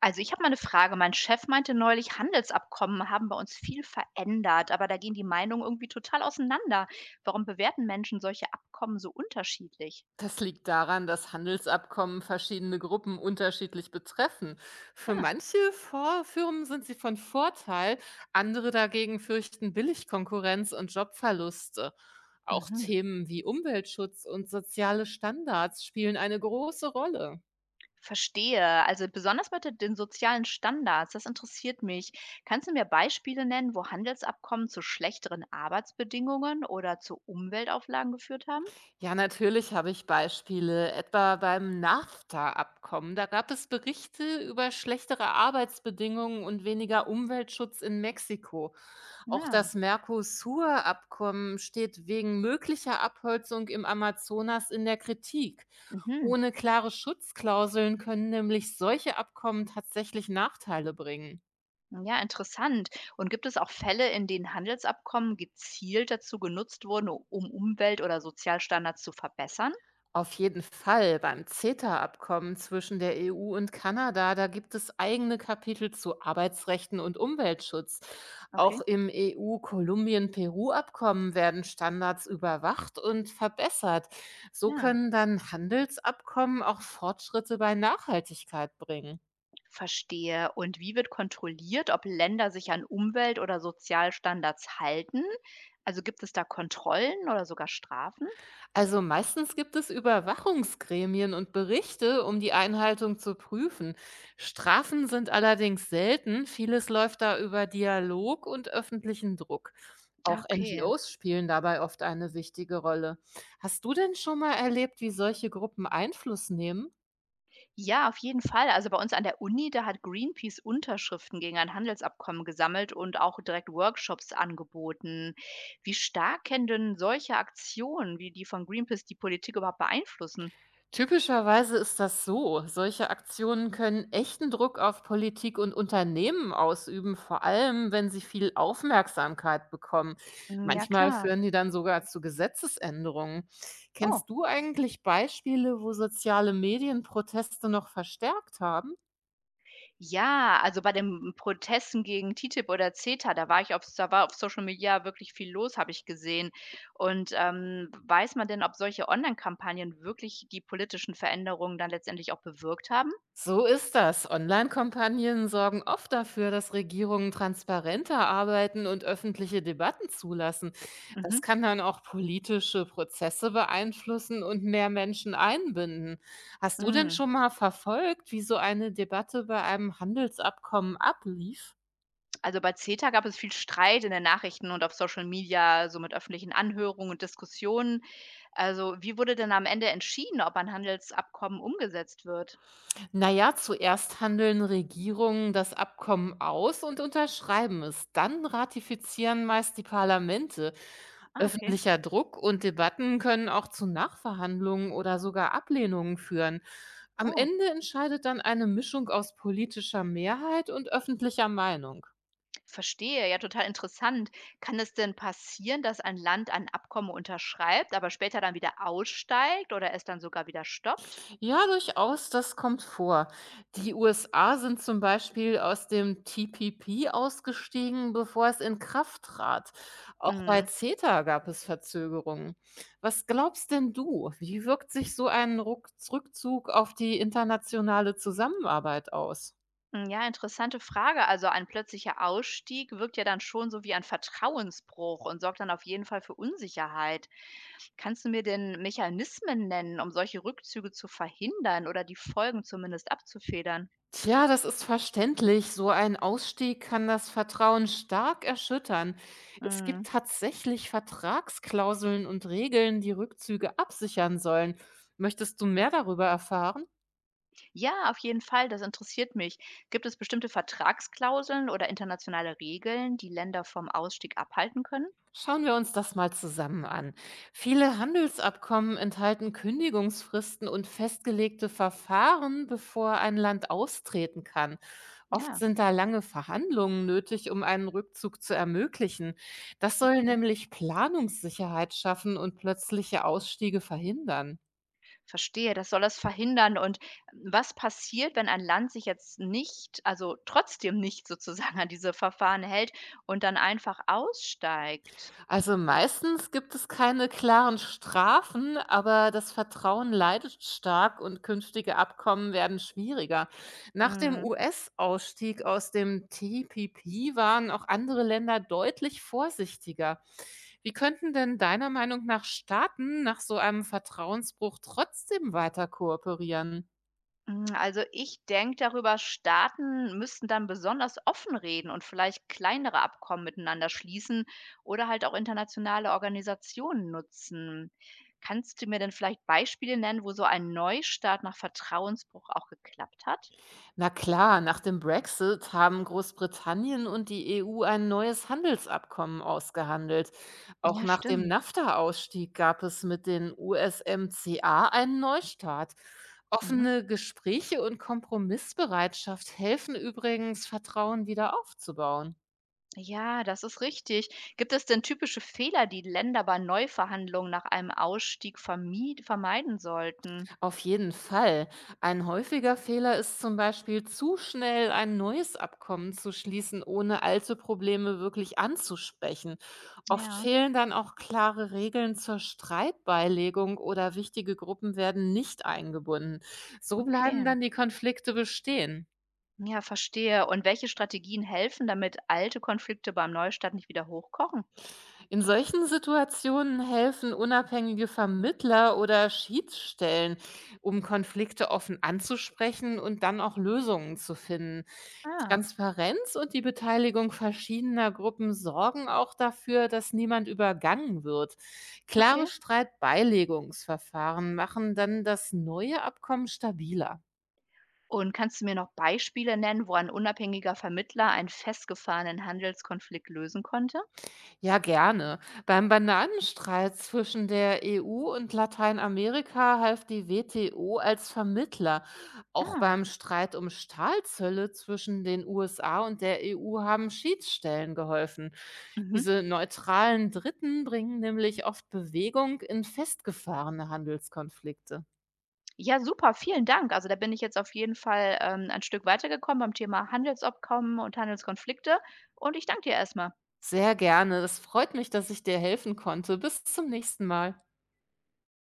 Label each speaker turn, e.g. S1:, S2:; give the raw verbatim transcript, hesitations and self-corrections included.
S1: Also ich habe mal eine Frage. Mein Chef meinte neulich, Handelsabkommen haben bei uns viel verändert, aber da gehen die Meinungen irgendwie total auseinander. Warum bewerten Menschen solche Abkommen so unterschiedlich?
S2: Das liegt daran, dass Handelsabkommen verschiedene Gruppen unterschiedlich betreffen. Für
S1: Ja,
S2: manche Vor- Firmen sind sie von Vorteil, andere dagegen fürchten Billigkonkurrenz und Jobverluste. Auch
S1: mhm,
S2: Themen wie Umweltschutz und soziale Standards spielen eine große Rolle.
S1: verstehe. Also besonders mit den den sozialen Standards, das interessiert mich. Kannst du mir Beispiele nennen, wo Handelsabkommen zu schlechteren Arbeitsbedingungen oder zu Umweltauflagen geführt haben?
S2: Ja, natürlich habe ich Beispiele, etwa beim NAFTA-Abkommen. Da gab es Berichte über schlechtere Arbeitsbedingungen und weniger Umweltschutz in Mexiko. Auch
S1: Ja.
S2: das Mercosur-Abkommen steht wegen möglicher Abholzung im Amazonas in der Kritik.
S1: Mhm.
S2: Ohne klare Schutzklauseln können nämlich solche Abkommen tatsächlich Nachteile bringen.
S1: Hm, ja, interessant. Und gibt es auch Fälle, in denen Handelsabkommen gezielt dazu genutzt wurden, u- um Umwelt- oder Sozialstandards zu verbessern?
S2: Auf jeden Fall. Beim CETA-Abkommen zwischen der E U und Kanada, da gibt es eigene Kapitel zu Arbeitsrechten und Umweltschutz.
S1: Okay.
S2: Auch im E U-Kolumbien-Peru-Abkommen werden Standards überwacht und verbessert. So
S1: Ja,
S2: können dann Handelsabkommen auch Fortschritte bei Nachhaltigkeit bringen.
S1: verstehe. Und wie wird kontrolliert, ob Länder sich an Umwelt- oder Sozialstandards halten? Also gibt es da Kontrollen oder sogar Strafen?
S2: Also meistens gibt es Überwachungsgremien und Berichte, um die Einhaltung zu prüfen. Strafen sind allerdings selten. Vieles läuft da über Dialog und öffentlichen Druck.
S1: Ah,
S2: Auch
S1: okay.
S2: en ge os spielen dabei oft eine wichtige Rolle. Hast du denn schon mal erlebt, wie solche Gruppen Einfluss nehmen?
S1: Ja, auf jeden Fall. Also bei uns an der Uni, da hat Greenpeace Unterschriften gegen ein Handelsabkommen gesammelt und auch direkt Workshops angeboten. Wie stark können denn solche Aktionen wie die von Greenpeace die Politik überhaupt beeinflussen?
S2: Typischerweise ist das so. Solche Aktionen können echten Druck auf Politik und Unternehmen ausüben, vor allem wenn sie viel Aufmerksamkeit bekommen.
S1: Hm, ja,
S2: Manchmal
S1: klar.
S2: führen die dann sogar zu Gesetzesänderungen.
S1: Oh.
S2: Kennst du eigentlich Beispiele, wo soziale Medien Proteste noch verstärkt haben?
S1: Ja, also bei den Protesten gegen TTIP oder CETA, da war ich auf, da war auf Social Media wirklich viel los, habe ich gesehen. Und ähm, weiß man denn, ob solche Online-Kampagnen wirklich die politischen Veränderungen dann letztendlich auch bewirkt haben?
S2: So ist das. Online-Kampagnen sorgen oft dafür, dass Regierungen transparenter arbeiten und öffentliche Debatten zulassen. Das
S1: Mhm.
S2: kann dann auch politische Prozesse beeinflussen und mehr Menschen einbinden. Hast du denn
S1: Mm.
S2: schon mal verfolgt, wie so eine Debatte bei einem Handelsabkommen ablief?
S1: Also bei CETA gab es viel Streit in den Nachrichten und auf Social Media, so mit öffentlichen Anhörungen und Diskussionen. Also, wie wurde denn am Ende entschieden, ob ein Handelsabkommen umgesetzt wird?
S2: Na ja, zuerst handeln Regierungen das Abkommen aus und unterschreiben es. Dann ratifizieren meist die Parlamente.
S1: Ah, okay.
S2: Öffentlicher Druck und Debatten können auch zu Nachverhandlungen oder sogar Ablehnungen führen. Am
S1: Oh,
S2: Ende entscheidet dann eine Mischung aus politischer Mehrheit und öffentlicher Meinung.
S1: verstehe. Ja, total interessant. Kann es denn passieren, dass ein Land ein Abkommen unterschreibt, aber später dann wieder aussteigt oder es dann sogar wieder stoppt?
S2: Ja, durchaus, das kommt vor. Die U S A sind zum Beispiel aus dem te pe pe ausgestiegen, bevor es in Kraft trat. Auch bei
S1: Mhm.
S2: CETA gab es Verzögerungen. Was glaubst denn du? Wie wirkt sich so ein Ruck Rückzug auf die internationale Zusammenarbeit aus?
S1: Mm, ja, interessante Frage. Also ein plötzlicher Ausstieg wirkt ja dann schon so wie ein Vertrauensbruch und sorgt dann auf jeden Fall für Unsicherheit. Kannst du mir denn Mechanismen nennen, um solche Rückzüge zu verhindern oder die Folgen zumindest abzufedern?
S2: Tja, das ist verständlich. So ein Ausstieg kann das Vertrauen stark erschüttern. Es
S1: Mhm.
S2: gibt tatsächlich Vertragsklauseln und Regeln, die Rückzüge absichern sollen. Möchtest du mehr darüber erfahren?
S1: Ja, auf jeden Fall, das interessiert mich. Gibt es bestimmte Vertragsklauseln oder internationale Regeln, die Länder vom Ausstieg abhalten können?
S2: Schauen wir uns das mal zusammen an. Viele Handelsabkommen enthalten Kündigungsfristen und festgelegte Verfahren, bevor ein Land austreten kann. Oft
S1: Ja,
S2: sind da lange Verhandlungen nötig, um einen Rückzug zu ermöglichen. Das soll
S1: okay.
S2: nämlich Planungssicherheit schaffen und plötzliche Ausstiege verhindern.
S1: Verstehe, das soll das verhindern. Und was passiert, wenn ein Land sich jetzt nicht, also trotzdem nicht sozusagen an diese Verfahren hält und dann einfach aussteigt?
S2: Also, meistens gibt es keine klaren Strafen, aber das Vertrauen leidet stark und künftige Abkommen werden schwieriger. Nach dem
S1: Mhm.
S2: U S-Ausstieg aus dem te pe pe waren auch andere Länder deutlich vorsichtiger. Wie könnten denn deiner Meinung nach Staaten nach so einem Vertrauensbruch trotzdem weiter kooperieren?
S1: Hm, also ich denke, darüber Staaten müssten dann besonders offen reden und vielleicht kleinere Abkommen miteinander schließen oder halt auch internationale Organisationen nutzen. Kannst du mir denn vielleicht Beispiele nennen, wo so ein Neustart nach Vertrauensbruch auch geklappt hat?
S2: Na klar, nach dem Brexit haben Großbritannien und die E U ein neues Handelsabkommen ausgehandelt. Auch
S1: Ja,
S2: nach dem
S1: stimmt.
S2: NAFTA-Ausstieg gab es mit den U S M C A einen Neustart.
S1: Mhm.
S2: Offene Gespräche und Kompromissbereitschaft helfen übrigens, Vertrauen wieder aufzubauen.
S1: Ja, das ist richtig. Gibt es denn typische Fehler, die Länder bei Neuverhandlungen nach einem Ausstieg vermied vermeiden sollten?
S2: Auf jeden Fall. Ein häufiger Fehler ist zum Beispiel, zu schnell ein neues Abkommen zu schließen, ohne alte Probleme wirklich anzusprechen. Oft
S1: Ja,
S2: fehlen dann auch klare Regeln zur Streitbeilegung oder wichtige Gruppen werden nicht eingebunden. So bleiben
S1: okay.
S2: dann die Konflikte bestehen.
S1: Ja, verstehe. Und welche Strategien helfen, damit alte Konflikte beim Neustart nicht wieder hochkochen?
S2: In solchen Situationen helfen unabhängige Vermittler oder Schiedsstellen, um Konflikte offen anzusprechen und dann auch Lösungen zu finden.
S1: Ah,
S2: Transparenz und die Beteiligung verschiedener Gruppen sorgen auch dafür, dass niemand übergangen wird.
S1: okay.
S2: Klare Streitbeilegungsverfahren machen dann das neue Abkommen stabiler.
S1: Und kannst du mir noch Beispiele nennen, wo ein unabhängiger Vermittler einen festgefahrenen Handelskonflikt lösen konnte?
S2: Ja, gerne. Beim Bananenstreit zwischen der E U und Lateinamerika half die we te o als Vermittler. Auch
S1: Ah.
S2: beim Streit um Stahlzölle zwischen den U S A und der E U haben Schiedsstellen geholfen.
S1: Mhm.
S2: Diese neutralen Dritten bringen nämlich oft Bewegung in festgefahrene Handelskonflikte.
S1: Ja, super, vielen Dank. Also da bin ich jetzt auf jeden Fall ähm, ein Stück weitergekommen beim Thema Handelsabkommen und Handelskonflikte. Und ich danke dir erstmal.
S2: Sehr gerne. Es freut mich, dass ich dir helfen konnte. Bis zum nächsten Mal.